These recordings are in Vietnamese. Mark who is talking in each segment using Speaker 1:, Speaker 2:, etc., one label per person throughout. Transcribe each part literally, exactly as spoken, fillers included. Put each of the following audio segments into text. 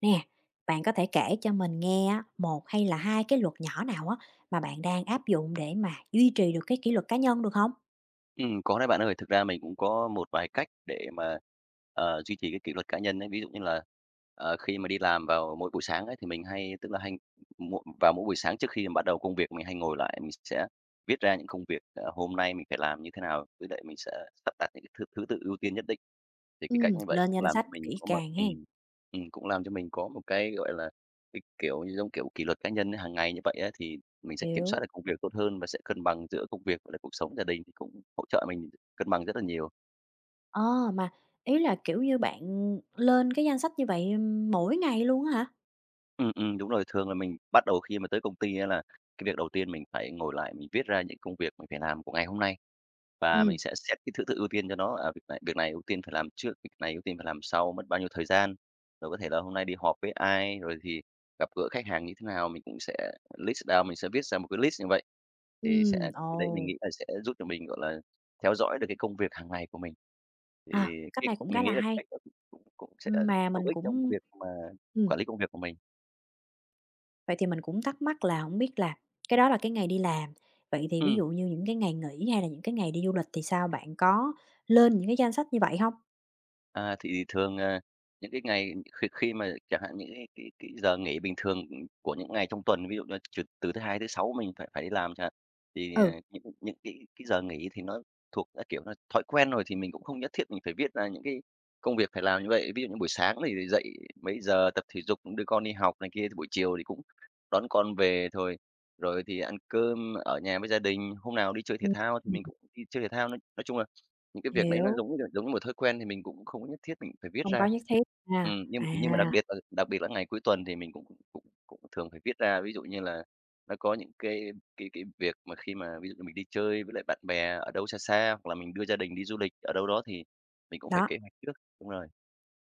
Speaker 1: Nè, bạn có thể kể cho mình nghe á, một hay là hai cái luật nhỏ nào á mà bạn đang áp dụng để mà duy trì được cái kỷ luật cá nhân được không?
Speaker 2: Ừm, có đấy bạn ơi. Thực ra mình cũng có một vài cách để mà, ờ, duy trì cái kỷ luật cá nhân ấy. Ví dụ như là, ờ, khi mà đi làm vào mỗi buổi sáng ấy, thì mình hay tức là hay mỗi vào mỗi buổi sáng trước khi mà bắt đầu công việc mình hay ngồi lại, mình sẽ viết ra những công việc, ờ, hôm nay mình phải làm như thế nào, với lại mình sẽ sắp đặt những cái thứ thứ tự ưu tiên nhất định. Thì cái cách
Speaker 1: Ừm,
Speaker 2: như vậy
Speaker 1: lên
Speaker 2: cũng
Speaker 1: danh
Speaker 2: làm cho
Speaker 1: sách
Speaker 2: mình
Speaker 1: kỹ
Speaker 2: có một
Speaker 1: càng ha.
Speaker 2: ừm, ừm, cũng làm cho mình có một cái, gọi là, cái, kiểu như, giống kiểu kỷ luật cá nhân hàng ngày như vậy á, thì mình sẽ kiểm soát
Speaker 1: Hiểu.
Speaker 2: được công việc tốt hơn và sẽ cân bằng giữa công việc và lại cuộc sống gia đình thì cũng hỗ trợ mình cân bằng rất là nhiều.
Speaker 1: Ờ, mà ý là, kiểu như, bạn lên cái danh sách như vậy mỗi ngày luôn á hả?
Speaker 2: Ừm, ừm, đúng rồi. Thường là mình bắt đầu khi mà tới công ty á là cái việc đầu tiên mình phải ngồi lại mình viết ra những công việc mình phải làm của ngày hôm nay. Và mình
Speaker 1: Ừm,
Speaker 2: sẽ xét cái thứ tự ưu tiên cho nó, à, việc này việc này ưu tiên phải làm trước, việc này ưu tiên phải làm sau, mất bao nhiêu thời gian. Rồi có thể là hôm nay đi họp với ai, rồi thì gặp gỡ khách hàng như thế nào, mình cũng sẽ list down, mình sẽ viết ra một cái list như vậy. Thì sẽ
Speaker 1: ừm, Ồ,
Speaker 2: cái đấy mình nghĩ là sẽ giúp cho mình, gọi là, theo dõi được cái công việc hàng ngày của mình. Thì
Speaker 1: à, cách
Speaker 2: cái
Speaker 1: này cũng khá
Speaker 2: mình
Speaker 1: là
Speaker 2: nghĩ là cái
Speaker 1: hay,
Speaker 2: cách đó cũng cũng cũng sẽ
Speaker 1: mà
Speaker 2: hữu
Speaker 1: mình
Speaker 2: ích trong cái
Speaker 1: cũng
Speaker 2: việc mà
Speaker 1: ừm.
Speaker 2: quản lý công việc của mình.
Speaker 1: Vậy thì mình cũng thắc mắc là không biết là cái đó là cái ngày đi làm, vậy thì ví
Speaker 2: Ừm,
Speaker 1: dụ như những cái ngày nghỉ hay là những cái ngày đi du lịch thì sao? Bạn có lên những cái danh sách như vậy hông?
Speaker 2: À, thì thường, ờ, những cái ngày khi khi mà chẳng hạn những cái cái cái giờ nghỉ bình thường của những ngày trong tuần, ví dụ như trừ từ thứ Hai tới Sáu mình phải phải đi làm chẳng hạn, thì, ờ,
Speaker 1: Ừ.
Speaker 2: những những cái cái giờ nghỉ thì nó thuộc đã, kiểu, là thói quen rồi thì mình cũng không nhất thiết mình phải viết ra những cái công việc phải làm như vậy. Ví dụ như buổi sáng thì dậy mấy giờ, tập thể dục, đưa con đi học này kia, thì buổi chiều thì cũng đón con về thôi, rồi thì ăn cơm ở nhà với gia đình, hôm nào đi chơi thể
Speaker 1: Ừm,
Speaker 2: thao thì
Speaker 1: ừm,
Speaker 2: mình cũng đi chơi thể thao. Nói nói chung là những cái việc đấy nó
Speaker 1: hiểu,
Speaker 2: giống như, giống như một thói quen thì mình cũng không có nhất thiết mình phải viết
Speaker 1: không
Speaker 2: ra.
Speaker 1: có nhất thiết ha.
Speaker 2: Ừm, nhưng
Speaker 1: À,
Speaker 2: nhưng mà đặc biệt là đặc biệt là ngày cuối tuần thì mình cũng cũng cũng thường phải viết ra. Ví dụ như là nó có những cái cái cái việc mà khi mà ví dụ như mình đi chơi với lại bạn bè ở đâu xa xa, hoặc là mình đưa gia đình đi du lịch ở đâu đó thì mình cũng phải
Speaker 1: đó,
Speaker 2: kế hoạch trước. Đúng rồi,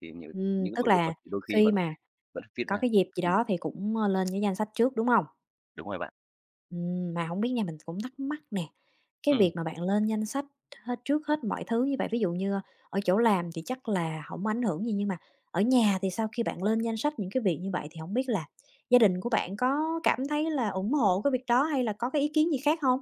Speaker 2: thì những
Speaker 1: ừm,
Speaker 2: những cái
Speaker 1: tức
Speaker 2: buổi cuối
Speaker 1: là
Speaker 2: tuần thì đôi khi
Speaker 1: khi
Speaker 2: vẫn
Speaker 1: mà
Speaker 2: vẫn viết
Speaker 1: có
Speaker 2: ra.
Speaker 1: cái dịp gì
Speaker 2: Ừm,
Speaker 1: đó thì cũng, ơ, lên cái danh sách trước, đúng hông?
Speaker 2: đúng rồi bạn.
Speaker 1: Ừm, mà không biết nha, mình cũng thắc mắc nè, cái
Speaker 2: Ừm.
Speaker 1: việc mà bạn lên danh sách hết trước hết mọi thứ như vậy, ví dụ như, ở chỗ làm thì chắc là không ảnh hưởng gì, nhưng mà ở nhà thì sau khi bạn lên danh sách những cái việc như vậy thì không biết là gia đình của bạn có cảm thấy là ủng hộ cái việc đó hay là có cái ý kiến gì khác không?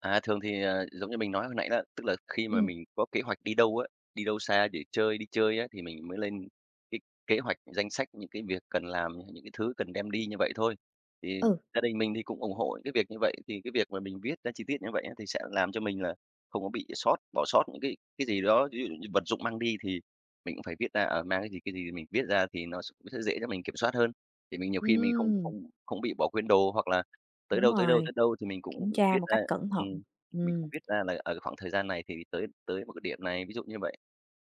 Speaker 2: À, thường thì, ờ, giống như mình nói hồi nãy đó, tức là khi mà
Speaker 1: Ừm,
Speaker 2: mình có kế hoạch đi đâu á, đi đâu xa để chơi đi chơi á, thì mình mới lên cái kế hoạch, danh sách những cái việc cần làm, những cái thứ cần đem đi như vậy thôi. Thì
Speaker 1: ừ,
Speaker 2: gia đình mình thì cũng ủng hộ những cái việc như vậy, thì cái việc mà mình viết ra chi tiết như vậy á, thì sẽ làm cho mình là không có bị sót bỏ sót những cái cái gì đó, ví dụ như vật dụng mang đi thì mình cũng phải viết ra, ờ, mang cái gì, cái gì mình viết ra thì nó cũng sẽ dễ cho mình kiểm soát hơn. Thì mình nhiều khi mình không
Speaker 1: ừm,
Speaker 2: không không bị bỏ quên đồ, hoặc là tới
Speaker 1: đúng
Speaker 2: đâu, tới đâu,
Speaker 1: rồi,
Speaker 2: tới đâu thì mình cũng
Speaker 1: kiểm
Speaker 2: viết
Speaker 1: tra một
Speaker 2: ra.
Speaker 1: cách cẩn thận.
Speaker 2: Ừm, mình cũng
Speaker 1: Ừm,
Speaker 2: biết ra là ở cái khoảng thời gian này thì tới tới một cái điểm này, ví dụ như vậy.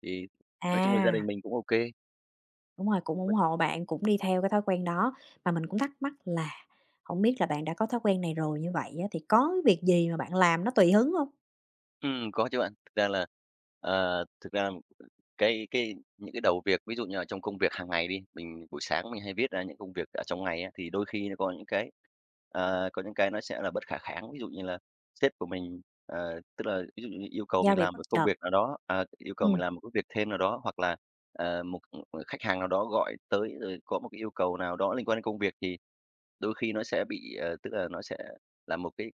Speaker 2: Thì nói chung là gia đình
Speaker 1: à.
Speaker 2: mình cũng ô.
Speaker 1: Đúng rồi, cũng ủng hộ bạn, cũng đi theo cái thói quen đó. Mà mình cũng thắc mắc là không biết là bạn đã có thói quen này rồi như vậy á, thì có cái việc gì mà bạn làm nó tùy hứng không?
Speaker 2: Ừm, có chứ bạn. Thực ra là, ờ, thực ra cái cái những cái đầu việc, ví dụ như là trong công việc hàng ngày đi, mình buổi sáng mình hay viết ra những công việc ở trong ngày á, thì đôi khi nó có những cái, ờ, có những cái nó sẽ là bất khả kháng. Ví dụ như là sếp của mình, ờ, tức là ví dụ như yêu cầu
Speaker 1: Giao
Speaker 2: mình
Speaker 1: việc
Speaker 2: làm
Speaker 1: bất
Speaker 2: một công
Speaker 1: chợt.
Speaker 2: việc nào đó, à, yêu cầu mình
Speaker 1: Ừm,
Speaker 2: làm một cái việc thêm nào đó, hoặc là, ờ, một một khách hàng nào đó gọi tới rồi có một cái yêu cầu nào đó liên quan đến công việc, thì đôi khi nó sẽ bị, ờ, tức là nó sẽ là một cái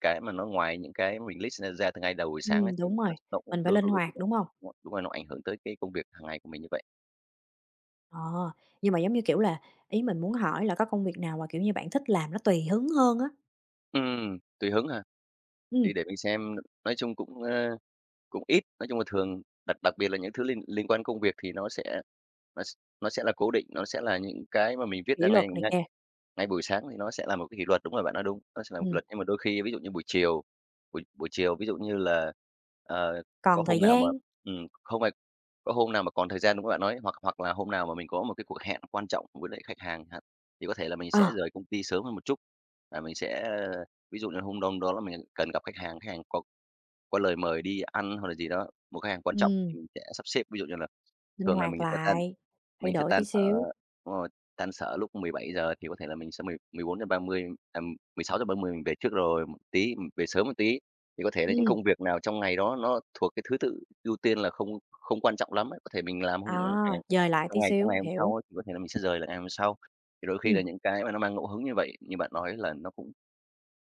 Speaker 2: cái mà nó ngoài những cái mình list ra ra từ ngay đầu buổi sáng ấy,
Speaker 1: ừm,
Speaker 2: thì
Speaker 1: đúng
Speaker 2: nó
Speaker 1: rồi,
Speaker 2: nó cũng
Speaker 1: mình phải
Speaker 2: đôi
Speaker 1: linh
Speaker 2: đôi khi
Speaker 1: hoạt,
Speaker 2: nó
Speaker 1: đúng không?
Speaker 2: đúng rồi, nó ảnh hưởng tới cái công việc hàng ngày của mình như vậy.
Speaker 1: Ờ, nhưng mà, giống như kiểu là, ý mình muốn hỏi là có công việc nào mà, kiểu như, bạn thích làm nó tùy hứng hơn á?
Speaker 2: Ừm, tùy hứng ha. Thì
Speaker 1: Ừm,
Speaker 2: để mình xem, nói chung cũng, ơ, cũng ít, nói chung là thường đặc đặc biệt là những thứ liên liên quan công việc thì nó sẽ nó s nó sẽ là cố định, nó sẽ là những cái mà mình viết ra
Speaker 1: Kỷ luật
Speaker 2: ngay
Speaker 1: này
Speaker 2: ngay
Speaker 1: kìa.
Speaker 2: ngay buổi sáng thì nó sẽ là một cái kỷ luật, đúng rồi, bạn nói đúng, nó sẽ là một kỷ
Speaker 1: ừm,
Speaker 2: luật. Nhưng mà đôi khi ví dụ như buổi chiều, buổi buổi chiều ví dụ như là, ờ, có
Speaker 1: Còn thời
Speaker 2: hôm nào mà
Speaker 1: gian.
Speaker 2: ừm, không phải có hôm nào mà còn thời gian đúng không bạn nói, hoặc hoặc là hôm nào mà mình có một cái cuộc hẹn quan trọng với lại khách hàng chẳng hạn, thì có thể là mình sẽ
Speaker 1: ờ,
Speaker 2: rời công ty sớm hơn một chút và mình sẽ. Ví dụ như hôm đông đó là mình cần gặp khách hàng, khách hàng có có lời mời đi ăn hoặc là gì đó, một khách hàng quan trọng
Speaker 1: ừm,
Speaker 2: thì mình sẽ sắp xếp. Ví dụ như là
Speaker 1: Linh
Speaker 2: thường là
Speaker 1: hoạt
Speaker 2: mình sẽ tan
Speaker 1: lại, thay
Speaker 2: mình sẽ
Speaker 1: đổi
Speaker 2: tan
Speaker 1: tí
Speaker 2: sở
Speaker 1: xíu.
Speaker 2: đúng rồi, tan sở lúc mười bảy giờ thì có thể là mình sẽ mười 14:30, à, mười sáu giờ ba mươi mình về trước rồi một tí, mình về sớm một tí. Thì có thể là những
Speaker 1: ừm,
Speaker 2: công việc nào trong ngày đó nó thuộc cái thứ tự ưu tiên là không không quan trọng lắm ấy, có thể mình làm hôm
Speaker 1: à,
Speaker 2: à,
Speaker 1: Dời lại
Speaker 2: trong
Speaker 1: tí
Speaker 2: ngày trong
Speaker 1: xíu.
Speaker 2: ngày hôm sau
Speaker 1: Hiểu.
Speaker 2: ấy, thì có thể là mình sẽ rời lại ngày hôm sau. Thì đôi khi là
Speaker 1: ừm.
Speaker 2: những cái mà nó mang ngẫu hứng như vậy, như bạn nói là nó cũng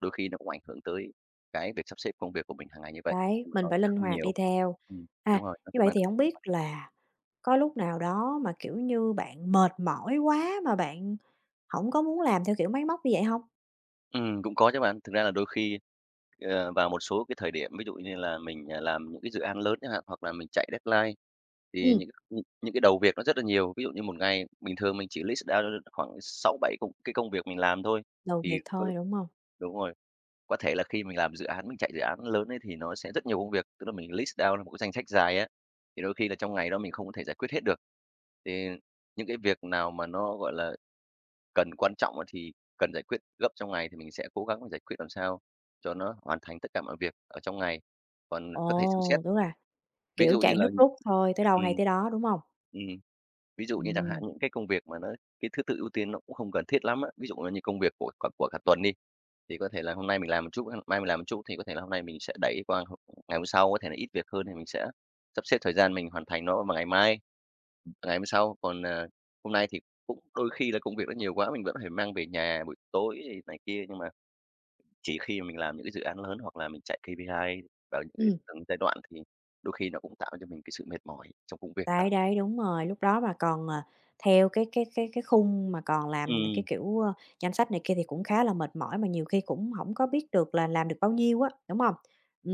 Speaker 2: đôi khi nó cũng ảnh hưởng tới cái việc sắp xếp công việc của mình hàng ngày như vậy,
Speaker 1: Đấy,
Speaker 2: nhưng mà
Speaker 1: mình
Speaker 2: nó
Speaker 1: phải
Speaker 2: sẽ
Speaker 1: linh
Speaker 2: không
Speaker 1: hoạt
Speaker 2: nhiều.
Speaker 1: đi theo.
Speaker 2: Ừm,
Speaker 1: À,
Speaker 2: đúng rồi, nó sẽ
Speaker 1: như vậy
Speaker 2: mang
Speaker 1: thì
Speaker 2: tính chất
Speaker 1: không
Speaker 2: sinh
Speaker 1: biết
Speaker 2: hoạt.
Speaker 1: là có lúc nào đó mà, kiểu như, bạn mệt mỏi quá mà bạn hổng có muốn làm theo kiểu máy móc như vậy hông?
Speaker 2: Ừm, cũng có chứ bạn. Thực ra là đôi khi, ờ, vào một số cái thời điểm, ví dụ như là mình, à, làm những cái dự án lớn chẳng hạn, hoặc là mình chạy deadline, thì
Speaker 1: Ừm,
Speaker 2: những những những cái đầu việc nó rất là nhiều. Ví dụ như một ngày bình thường mình chỉ list ra khoảng sáu bảy công cái công việc mình làm thôi,
Speaker 1: đầu
Speaker 2: thì
Speaker 1: việc
Speaker 2: có
Speaker 1: thôi, đúng hông?
Speaker 2: đúng rồi. Có thể là khi mình làm dự án, mình chạy dự án lớn ấy thì nó sẽ rất nhiều công việc, tức là mình list down là một cái danh sách dài á, thì đôi khi là trong ngày đó mình không có thể giải quyết hết được. Thì những cái việc nào mà nó, gọi là, cần quan trọng á thì cần giải quyết gấp trong ngày thì mình sẽ cố gắng giải quyết làm sao cho nó hoàn thành tất cả mọi việc ở trong ngày. Còn có thể xem xét,
Speaker 1: Ồ, tức là,
Speaker 2: ví
Speaker 1: kiểu,
Speaker 2: dụ như
Speaker 1: chạy
Speaker 2: là
Speaker 1: nước rút thôi, tới đâu
Speaker 2: ừm.
Speaker 1: hay tới đó, đúng hông?
Speaker 2: Ừm. Ví dụ như chẳng hạn
Speaker 1: Ừm,
Speaker 2: những cái công việc mà nó cái thứ tự ưu tiên nó cũng không cần thiết lắm á, ví dụ như công việc của cả của cả tuần đi. Thì có thể là hôm nay mình làm một chút, mai mình làm một chút thì có thể là hôm nay mình sẽ đẩy qua h ngày hôm sau, có thể là ít việc hơn thì mình sẽ sắp xếp thời gian mình hoàn thành nó vào ngày mai, ngày hôm sau. Còn, ờ, hôm nay thì cũng đôi khi là công việc nó nhiều quá, mình vẫn phải mang về nhà buổi tối thì này kia, nhưng mà chỉ khi mà mình làm những cái dự án lớn hoặc là mình chạy ca pê i vào những cái
Speaker 1: ừm,
Speaker 2: từng giai đoạn thì đôi khi nó cũng tạo cho mình cái sự mệt mỏi trong công việc bạn
Speaker 1: đấy,
Speaker 2: ạ.
Speaker 1: đấy, đúng rồi, lúc đó mà còn, ờ, theo cái cái cái cái khung mà còn làm cái
Speaker 2: Ừm.
Speaker 1: kiểu, ơ, danh sách này kia thì cũng khá là mệt mỏi mà nhiều khi cũng hổng có biết được là làm được bao nhiêu á, đúng hông?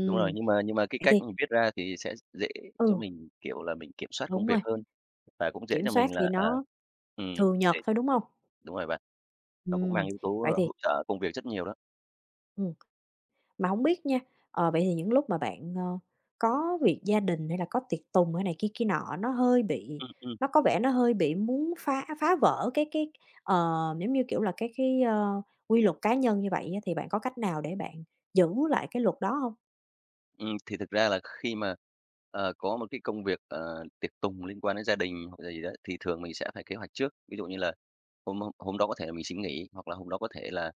Speaker 2: Đúng rồi, nhưng mà nhưng mà cái
Speaker 1: vậy
Speaker 2: cách
Speaker 1: thì
Speaker 2: mình viết ra thì sẽ dễ cho
Speaker 1: ừ,
Speaker 2: mình, kiểu là, mình kiểm soát công
Speaker 1: đúng
Speaker 2: việc
Speaker 1: rồi.
Speaker 2: hơn và cũng dễ
Speaker 1: Kiểm
Speaker 2: cho
Speaker 1: soát
Speaker 2: mình là,
Speaker 1: thì
Speaker 2: à
Speaker 1: nó
Speaker 2: ừm,
Speaker 1: thường nhật
Speaker 2: dễ
Speaker 1: thôi, đúng hông?
Speaker 2: đúng rồi bạn, nó cũng mang
Speaker 1: Ừm,
Speaker 2: yếu tố,
Speaker 1: vậy
Speaker 2: ơ,
Speaker 1: thì
Speaker 2: hỗ trợ công việc rất nhiều đó.
Speaker 1: ừm, mà hổng biết nha, ờ, vậy thì những lúc mà bạn, ờ, có việc gia đình hay là có tiệc tùng hay này kia kia nọ, nó hơi bị
Speaker 2: Ừm, ừm,
Speaker 1: nó có vẻ nó hơi bị muốn phá phá vỡ cái cái, ờ, giống như, kiểu là, cái cái, ơ, quy luật cá nhân như vậy á, thì bạn có cách nào để bạn giữ lại cái luật đó hông?
Speaker 2: ừm, thì thực ra là khi mà, ờ, có một cái công việc, ờ, tiệc tùng liên quan đến gia đình hoặc là gì đó thì thường mình sẽ phải kế hoạch trước. Ví dụ như là hôm hôm hôm đó có thể là mình xin nghỉ hoặc là hôm đó có thể là,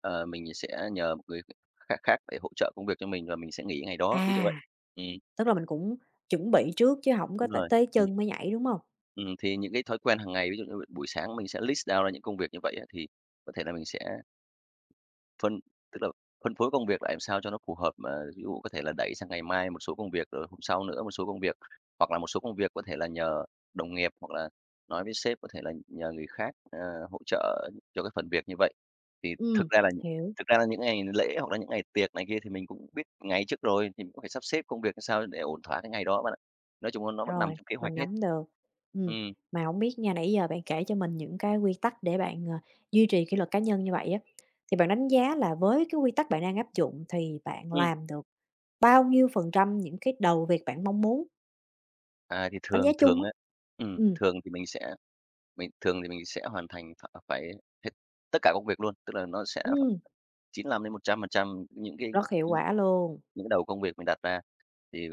Speaker 2: ờ, mình sẽ nhờ một người khác khác để hỗ trợ công việc cho mình và mình sẽ nghỉ ngày đó, ví dụ vậy.
Speaker 1: À,
Speaker 2: Ừm,
Speaker 1: tức là mình cũng chuẩn bị trước chứ hổng có
Speaker 2: đúng
Speaker 1: t
Speaker 2: rồi.
Speaker 1: tới
Speaker 2: Ừ.
Speaker 1: chân mới nhảy, đúng hông?
Speaker 2: Ừm, thì những cái thói quen hàng ngày, ví dụ như buổi sáng mình sẽ list down ra những công việc như vậy á, thì có thể là mình sẽ phân tức là phân phối công việc lại làm sao cho nó phù hợp, mà ví dụ có thể là đẩy sang ngày mai một số công việc, rồi hôm sau nữa một số công việc, hoặc là một số công việc có thể là nhờ đồng nghiệp, hoặc là nói với sếp có thể là nhờ người khác, ờ, hỗ trợ cho cái phần việc như vậy. Thì thực
Speaker 1: Ừm,
Speaker 2: ra là
Speaker 1: hiểu.
Speaker 2: thực ra là những ngày lễ hoặc là những ngày tiệc này kia thì mình cũng biết ngày trước rồi, thì mình cũng phải sắp xếp công việc làm sao để ổn thỏa cái ngày đó bạn ạ. Nói chung là nó vẫn nằm
Speaker 1: Rồi,
Speaker 2: trong kế hoạch
Speaker 1: mình
Speaker 2: hết.
Speaker 1: nắm được. Ừm,
Speaker 2: Ừ.
Speaker 1: mà không biết nha, nãy giờ bạn kể cho mình những cái quy tắc để bạn, ờ, duy trì kỷ luật cá nhân như vậy á, thì bạn đánh giá là với cái quy tắc bạn đang áp dụng thì bạn
Speaker 2: Ừ.
Speaker 1: làm được bao nhiêu phần trăm những cái đầu việc bạn mong muốn?
Speaker 2: À, thì
Speaker 1: Đánh giá
Speaker 2: thường
Speaker 1: chung
Speaker 2: thường
Speaker 1: á.
Speaker 2: á, ừm,
Speaker 1: Ừm,
Speaker 2: thường thì mình sẽ mình thường thì mình sẽ hoàn thành ph phải hết tất cả công việc luôn, tức là nó sẽ
Speaker 1: ừm,
Speaker 2: chín lăm đến một trăm chín lăm trăm những cái
Speaker 1: rất hiệu quả luôn.
Speaker 2: những đầu công việc mình đặt ra thì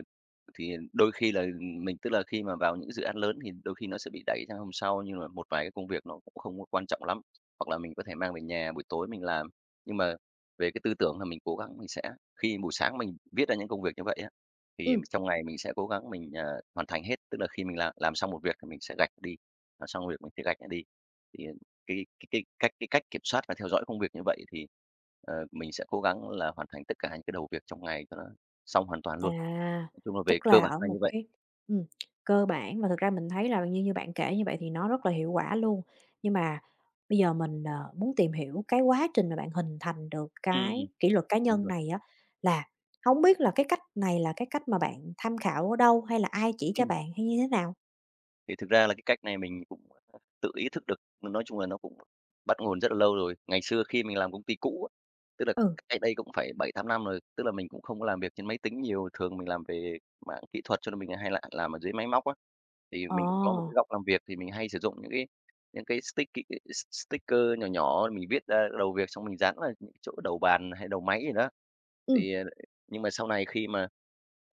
Speaker 2: thì đôi khi là mình tức là khi mà vào những dự án lớn thì đôi khi nó sẽ bị đẩy sang hôm sau, nhưng mà một vài cái công việc nó cũng không có quan trọng lắm, hoặc là mình có thể mang về nhà buổi tối mình làm. Nhưng mà về cái tư tưởng là mình cố gắng mình sẽ khi buổi sáng mình viết ra những công việc như vậy á, thì
Speaker 1: Ừm.
Speaker 2: trong ngày mình sẽ cố gắng mình, ờ, hoàn thành hết, tức là khi mình làm làm xong một việc thì mình sẽ gạch đi, làm xong việc mình sẽ gạch nó đi. Thì cái cái cái cách cái cách kiểm soát và theo dõi công việc như vậy thì, ờ, mình sẽ cố gắng là hoàn thành tất cả những cái đầu việc trong ngày cho nó xong hoàn toàn luôn.
Speaker 1: À,
Speaker 2: Nói chung là về
Speaker 1: tức
Speaker 2: cơ
Speaker 1: là
Speaker 2: bản
Speaker 1: ở
Speaker 2: là như
Speaker 1: một
Speaker 2: vậy.
Speaker 1: cái ừm, cơ bản và thực ra mình thấy là như như bạn kể như vậy thì nó rất là hiệu quả luôn. Nhưng mà bây giờ mình, ờ, muốn tìm hiểu cái quá trình mà bạn hình thành được
Speaker 2: Ừm,
Speaker 1: cái kỷ luật cá
Speaker 2: đúng
Speaker 1: nhân
Speaker 2: rồi.
Speaker 1: này á, là không biết là cái cách này là cái cách mà bạn tham khảo ở đâu, hay là ai chỉ cho
Speaker 2: Ừm,
Speaker 1: bạn, hay như thế nào?
Speaker 2: thì thực ra là cái cách này mình cũng tự ý thức được, nói chung là nó cũng bắt nguồn rất là lâu rồi. Ngày xưa khi mình làm công ty cũ á, tức là
Speaker 1: Ừ.
Speaker 2: cách đây cũng phải bảy tám năm rồi, tức là mình cũng không có làm việc trên máy tính nhiều, thường mình làm về mạng kỹ thuật cho nên mình hay là làm ở dưới máy móc á. Thì
Speaker 1: Ờ,
Speaker 2: mình cũng có một cái góc làm việc thì mình hay sử dụng những cái những cái sticky s sticker nhỏ nhỏ mình viết ra đầu việc xong mình dán vào những chỗ đầu bàn hay đầu máy gì đó.
Speaker 1: ừm,
Speaker 2: Thì, ờ, nhưng mà sau này khi mà,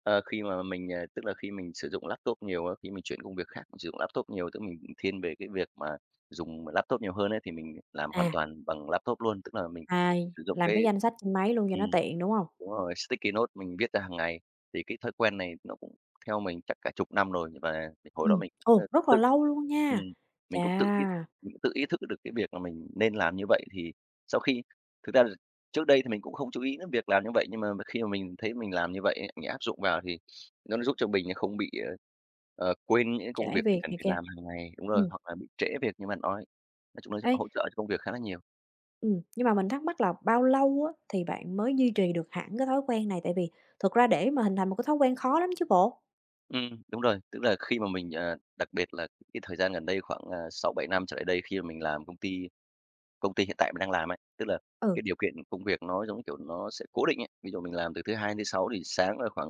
Speaker 2: ờ, khi mà mình, ờ tức là khi mình sử dụng laptop nhiều á, khi mình chuyển công việc khác mình sử dụng laptop nhiều, tức mình thiên về cái việc mà dùng laptop nhiều hơn ấy, thì mình làm hoàn
Speaker 1: à,
Speaker 2: toàn bằng laptop luôn. Tức là mình
Speaker 1: à,
Speaker 2: sử dụng
Speaker 1: làm
Speaker 2: cái
Speaker 1: cái danh sách trên máy luôn cho
Speaker 2: ừm,
Speaker 1: nó tiện, đúng không?
Speaker 2: đúng rồi, sticky note mình viết ra hàng ngày, thì cái thói quen này nó cũng theo mình chắc cả chục năm rồi và mình- hồi đó
Speaker 1: Ừm,
Speaker 2: mình cũng, ơ,
Speaker 1: ồ, rất là
Speaker 2: tự
Speaker 1: lâu luôn nha.
Speaker 2: ừm, mình
Speaker 1: Chà,
Speaker 2: cũng tự ý mình cũng tự ý thức được cái việc là mình nên làm như vậy. Thì sau khi thực ra là trước đây thì mình cũng không chú ý đến việc làm như vậy, nhưng mà khi mà mình thấy mình làm như vậy ấy, mình áp dụng vào thì nó giúp cho mình không bị, ờ, ờ, quên những công
Speaker 1: trễ
Speaker 2: việc mình
Speaker 1: việc
Speaker 2: cần
Speaker 1: này
Speaker 2: phải
Speaker 1: kia.
Speaker 2: làm hàng ngày đúng rồi,
Speaker 1: Ừm,
Speaker 2: hoặc là bị trễ việc như bạn nói. Nói chung là
Speaker 1: ê.
Speaker 2: hỗ trợ cho công việc khá là nhiều.
Speaker 1: Ừ, nhưng mà mình thắc mắc là bao lâu á, thì bạn mới duy trì được hẳn cái thói quen này? Tại vì thực ra để mà hình thành một cái thói quen khó lắm chứ bộ.
Speaker 2: Ừm, đúng rồi, tức là khi mà mình, ờ đặc biệt là cái thời gian gần đây khoảng, à, sáu bảy năm trở lại đây khi mà mình làm công ty công ty hiện tại mình đang làm ấy, tức là
Speaker 1: Ừ.
Speaker 2: cái điều kiện công việc nó, giống kiểu, nó sẽ cố định ấy. Ví dụ mình làm từ thứ Hai đến thứ Sáu thì sáng là khoảng,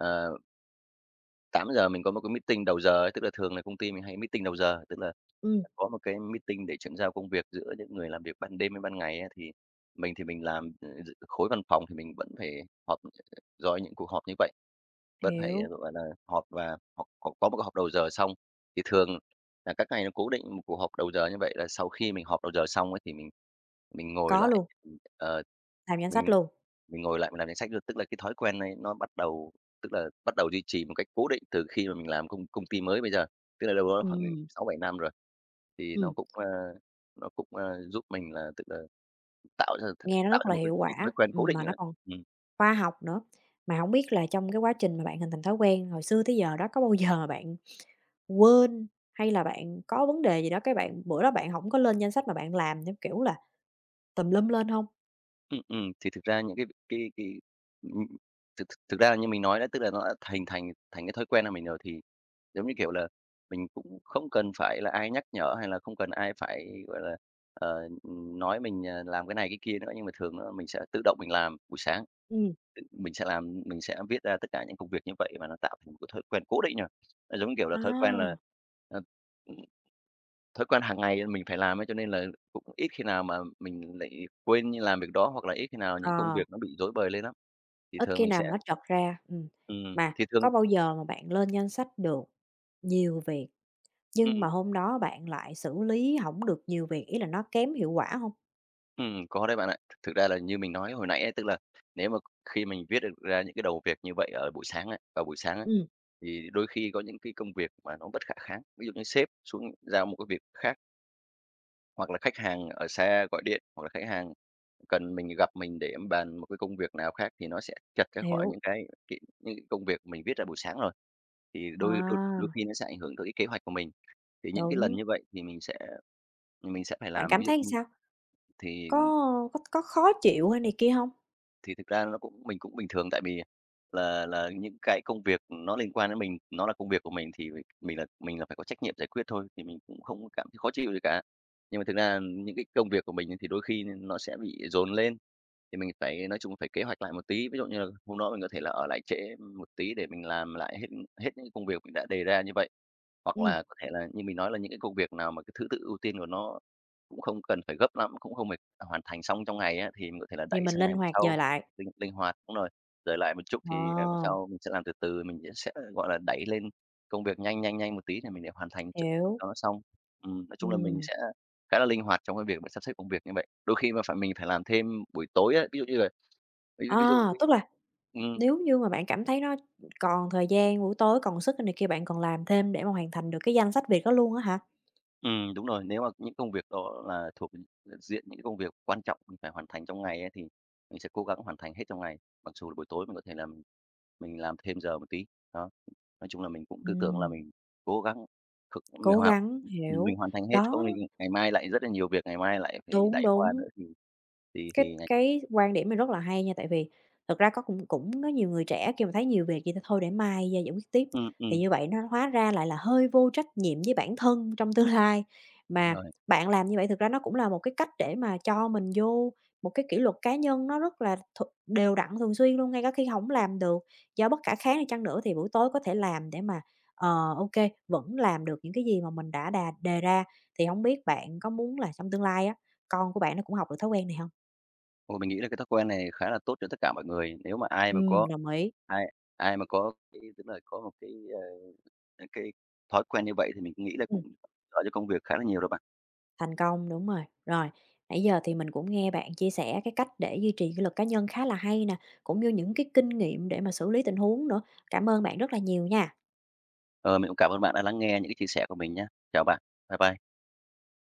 Speaker 2: uh, tám giờ mình có một cái meeting đầu giờ ấy, tức là thường là công ty mình hay meeting đầu giờ, tức là
Speaker 1: Ừm,
Speaker 2: có một cái meeting để chuyển giao công việc giữa những người làm việc ban đêm với ban ngày á. Thì mình thì mình làm, ờ, khối văn phòng thì mình vẫn phải họp, rồi những cuộc họp như vậy. Vẫn phải, à,
Speaker 1: hiểu,
Speaker 2: gọi là, họp và hoặc hoặc có một cái họp đầu giờ xong. Thì thường là các ngày nó cố định một cuộc họp đầu giờ như vậy là sau khi mình họp đầu giờ xong ấy, thì mình mình ngồi
Speaker 1: có
Speaker 2: lại,
Speaker 1: luôn,
Speaker 2: ờ,
Speaker 1: làm danh
Speaker 2: mình
Speaker 1: sách luôn.
Speaker 2: mình ngồi lại mình làm danh sách luôn. Tức là cái thói quen này nó bắt đầu tức là bắt đầu duy trì một cách cố định từ khi mà mình làm công công ty mới bây giờ, tức là đâu đó khoảng
Speaker 1: ừ
Speaker 2: sáu bảy năm rồi. Thì nó
Speaker 1: ừm,
Speaker 2: cũng, a, nó cũng, a, giúp mình là, tức là, tạo ra
Speaker 1: Nghe nó
Speaker 2: tạo
Speaker 1: rất
Speaker 2: ra
Speaker 1: là
Speaker 2: một cái
Speaker 1: hiệu
Speaker 2: cái thói
Speaker 1: quả,
Speaker 2: quen cố
Speaker 1: ừm,
Speaker 2: định
Speaker 1: mà nó
Speaker 2: rồi.
Speaker 1: còn
Speaker 2: Ừm.
Speaker 1: khoa học nữa. Mà không biết là trong cái quá trình mà bạn hình thành thói quen hồi xưa tới giờ đó, có bao giờ mà bạn quên hay là bạn có vấn đề gì đó, cái bạn bữa đó bạn không có lên danh sách mà bạn làm theo kiểu là tùm lum lên không?
Speaker 2: Ừm, ừm, thì thực ra những cái cái cái ừm, thực thực ra là như mình nói đấy, tức là nó đã hình thành thành cái thói quen của mình rồi thì, giống như kiểu là, mình cũng không cần phải là ai nhắc nhở hay là không cần ai phải, gọi là, ờ, nói mình, ờ, làm cái này cái kia nữa, nhưng mà thường á mình sẽ tự động mình làm buổi sáng,
Speaker 1: Ừ,
Speaker 2: tự mình sẽ làm mình sẽ viết ra tất cả những công việc như vậy và nó tạo thành một cái thói quen cố định rồi. Nó giống như kiểu là thói quen là,
Speaker 1: à,
Speaker 2: ờ thói quen hàng ngày mình phải làm ấy, cho nên là cũng ít khi nào mà mình lại quên như làm việc đó, hoặc là ít khi nào những công
Speaker 1: ờ.
Speaker 2: việc nó bị rối bời lên lắm. Thì
Speaker 1: Ít
Speaker 2: thường
Speaker 1: khi
Speaker 2: mình sẽ
Speaker 1: nào mà nó trật ra, ừm.
Speaker 2: ừm,
Speaker 1: Mà
Speaker 2: thì thường
Speaker 1: có bao giờ mà bạn lên danh sách được nhiều việc, nhưng
Speaker 2: ừm,
Speaker 1: mà hôm đó bạn lại xử lý hổng được nhiều việc, ý là nó kém hiệu quả không?
Speaker 2: ừm, có đấy bạn ạ. Thực thực ra là như mình nói hồi nãy ấy, tức là nếu mà khi mình viết được ra những cái đầu việc như vậy ở buổi sáng ấy, vào buổi sáng ấy,
Speaker 1: Ừm,
Speaker 2: thì đôi khi có những cái công việc mà nó bất khả kháng. Ví dụ như sếp xuống giao một cái việc khác. Hoặc là khách hàng ở xa gọi điện, hoặc là khách hàng cần mình gặp mình để em bàn một cái công việc nào khác thì nó sẽ chật ra khỏi
Speaker 1: hiểu.
Speaker 2: những cái cái những cái công việc mình viết ra buổi sáng rồi. Thì đôi đôi đôi
Speaker 1: À,
Speaker 2: khi nó sẽ ảnh hưởng tới cái kế hoạch của mình. Thì những cái lần
Speaker 1: đúng.
Speaker 2: như vậy thì mình sẽ mình sẽ phải
Speaker 1: Bạn
Speaker 2: làm
Speaker 1: cảm
Speaker 2: ví dụ
Speaker 1: thấy
Speaker 2: như
Speaker 1: sao?
Speaker 2: thì
Speaker 1: Có có có khó chịu hay này kia không?
Speaker 2: thì thực ra nó cũng mình cũng bình thường tại vì là là những cái công việc nó liên quan đến mình, nó là công việc của mình thì mình là mình là phải có trách nhiệm giải quyết thôi, thì mình cũng không cảm thấy khó chịu gì cả. Nhưng mà thực ra những cái công việc của mình thì đôi khi nó sẽ bị dồn lên, thì mình phải nói chung phải kế hoạch lại một tí. Ví dụ như là hôm đó mình có thể là ở lại trễ một tí để mình làm lại hết hết những công việc mình đã đề ra như vậy. Hoặc
Speaker 1: Ừm,
Speaker 2: là có thể là như mình nói là những cái công việc nào mà cái thứ tự ưu tiên của nó cũng không cần phải gấp lắm, cũng không phải hoàn thành xong trong ngày á, thì mình có thể là
Speaker 1: thì
Speaker 2: đẩy
Speaker 1: mình
Speaker 2: sang ngày
Speaker 1: linh
Speaker 2: hôm
Speaker 1: hoạt
Speaker 2: sau,
Speaker 1: dời lại.
Speaker 2: linh linh hoạt. Đúng rồi, dời lại một chút thì ngày hôm
Speaker 1: Ờ,
Speaker 2: sau mình sẽ làm từ từ, mình sẽ, gọi là, đẩy lên công việc nhanh, nhanh, nhanh một tí để mình để hoàn thành cho
Speaker 1: hiểu.
Speaker 2: cho nó xong. Ừm, nói chung là mình
Speaker 1: Ừm.
Speaker 2: sẽ khá là linh hoạt trong cái việc mà sắp xếp công việc như vậy. Đôi khi mà phải mình phải làm thêm buổi tối á, ví dụ như là ví ví dụ
Speaker 1: À,
Speaker 2: cái
Speaker 1: tức là
Speaker 2: ừm.
Speaker 1: nếu như mà bạn cảm thấy nó còn thời gian, buổi tối còn sức này kia, bạn còn làm thêm để mà hoàn thành được cái danh sách việc đó luôn á hả?
Speaker 2: Ừ, đúng rồi. Nếu mà những công việc đó là thuộc diện những công việc quan trọng mình phải hoàn thành trong ngày ấy, thì mình sẽ cố gắng hoàn thành hết trong ngày, mặc dù là buổi tối mình có thể là mình mình làm thêm giờ một tí. Đó, nói chung là mình cũng tư tưởng là
Speaker 1: Ừm.
Speaker 2: mình cố gắng thực mình
Speaker 1: Cố
Speaker 2: hoàn
Speaker 1: gắng,
Speaker 2: mình mình
Speaker 1: hiểu.
Speaker 2: hoàn thành hết, không
Speaker 1: Đó,
Speaker 2: thì ngày mai lại rất là nhiều việc, ngày mai lại phải
Speaker 1: đúng,
Speaker 2: đẩy qua
Speaker 1: đúng.
Speaker 2: nữa thì thì
Speaker 1: Cái
Speaker 2: thì ngày
Speaker 1: cái quan điểm này rất là hay nha, tại vì thực ra có cũng cũng có nhiều người trẻ khi mà thấy nhiều việc vậy thôi thôi để mai giải quyết tiếp,
Speaker 2: ừm,
Speaker 1: thì
Speaker 2: ừm,
Speaker 1: như vậy nó hóa ra lại là hơi vô trách nhiệm với bản thân trong tương lai.
Speaker 2: đúng
Speaker 1: Mà
Speaker 2: rồi.
Speaker 1: bạn làm như vậy thực ra nó cũng là một cái cách để mà cho mình vô một cái kỷ luật cá nhân nó rất là th đều đặn thường xuyên luôn, ngay cả khi không làm được do bất khả kháng đi chăng nữa thì buổi tối có thể làm để mà, ờ, ô vẫn làm được những cái gì mà mình đã đà đề ra. Thì không biết bạn có muốn là trong tương lai á, con của bạn nó cũng học được thói quen này không?
Speaker 2: Ồ, mình nghĩ là cái thói quen này khá là tốt cho tất cả mọi người. Nếu mà ai mà
Speaker 1: Ừm,
Speaker 2: có
Speaker 1: đồng ý.
Speaker 2: ai ai mà có cái tức là có một cái những cái thói quen như vậy thì mình nghĩ là
Speaker 1: Ừm,
Speaker 2: cũng lợi cho công việc khá là nhiều đó bạn.
Speaker 1: thành công, đúng rồi. Rồi, nãy giờ thì mình cũng nghe bạn chia sẻ cái cách để duy trì kỷ luật cá nhân khá là hay nè, cũng như những cái kinh nghiệm để mà xử lý tình huống nữa. Cảm ơn bạn rất là nhiều nha.
Speaker 2: Ờ, mình cũng cảm ơn bạn đã lắng nghe những cái chia sẻ của mình nhé. Chào bạn. Bye bye.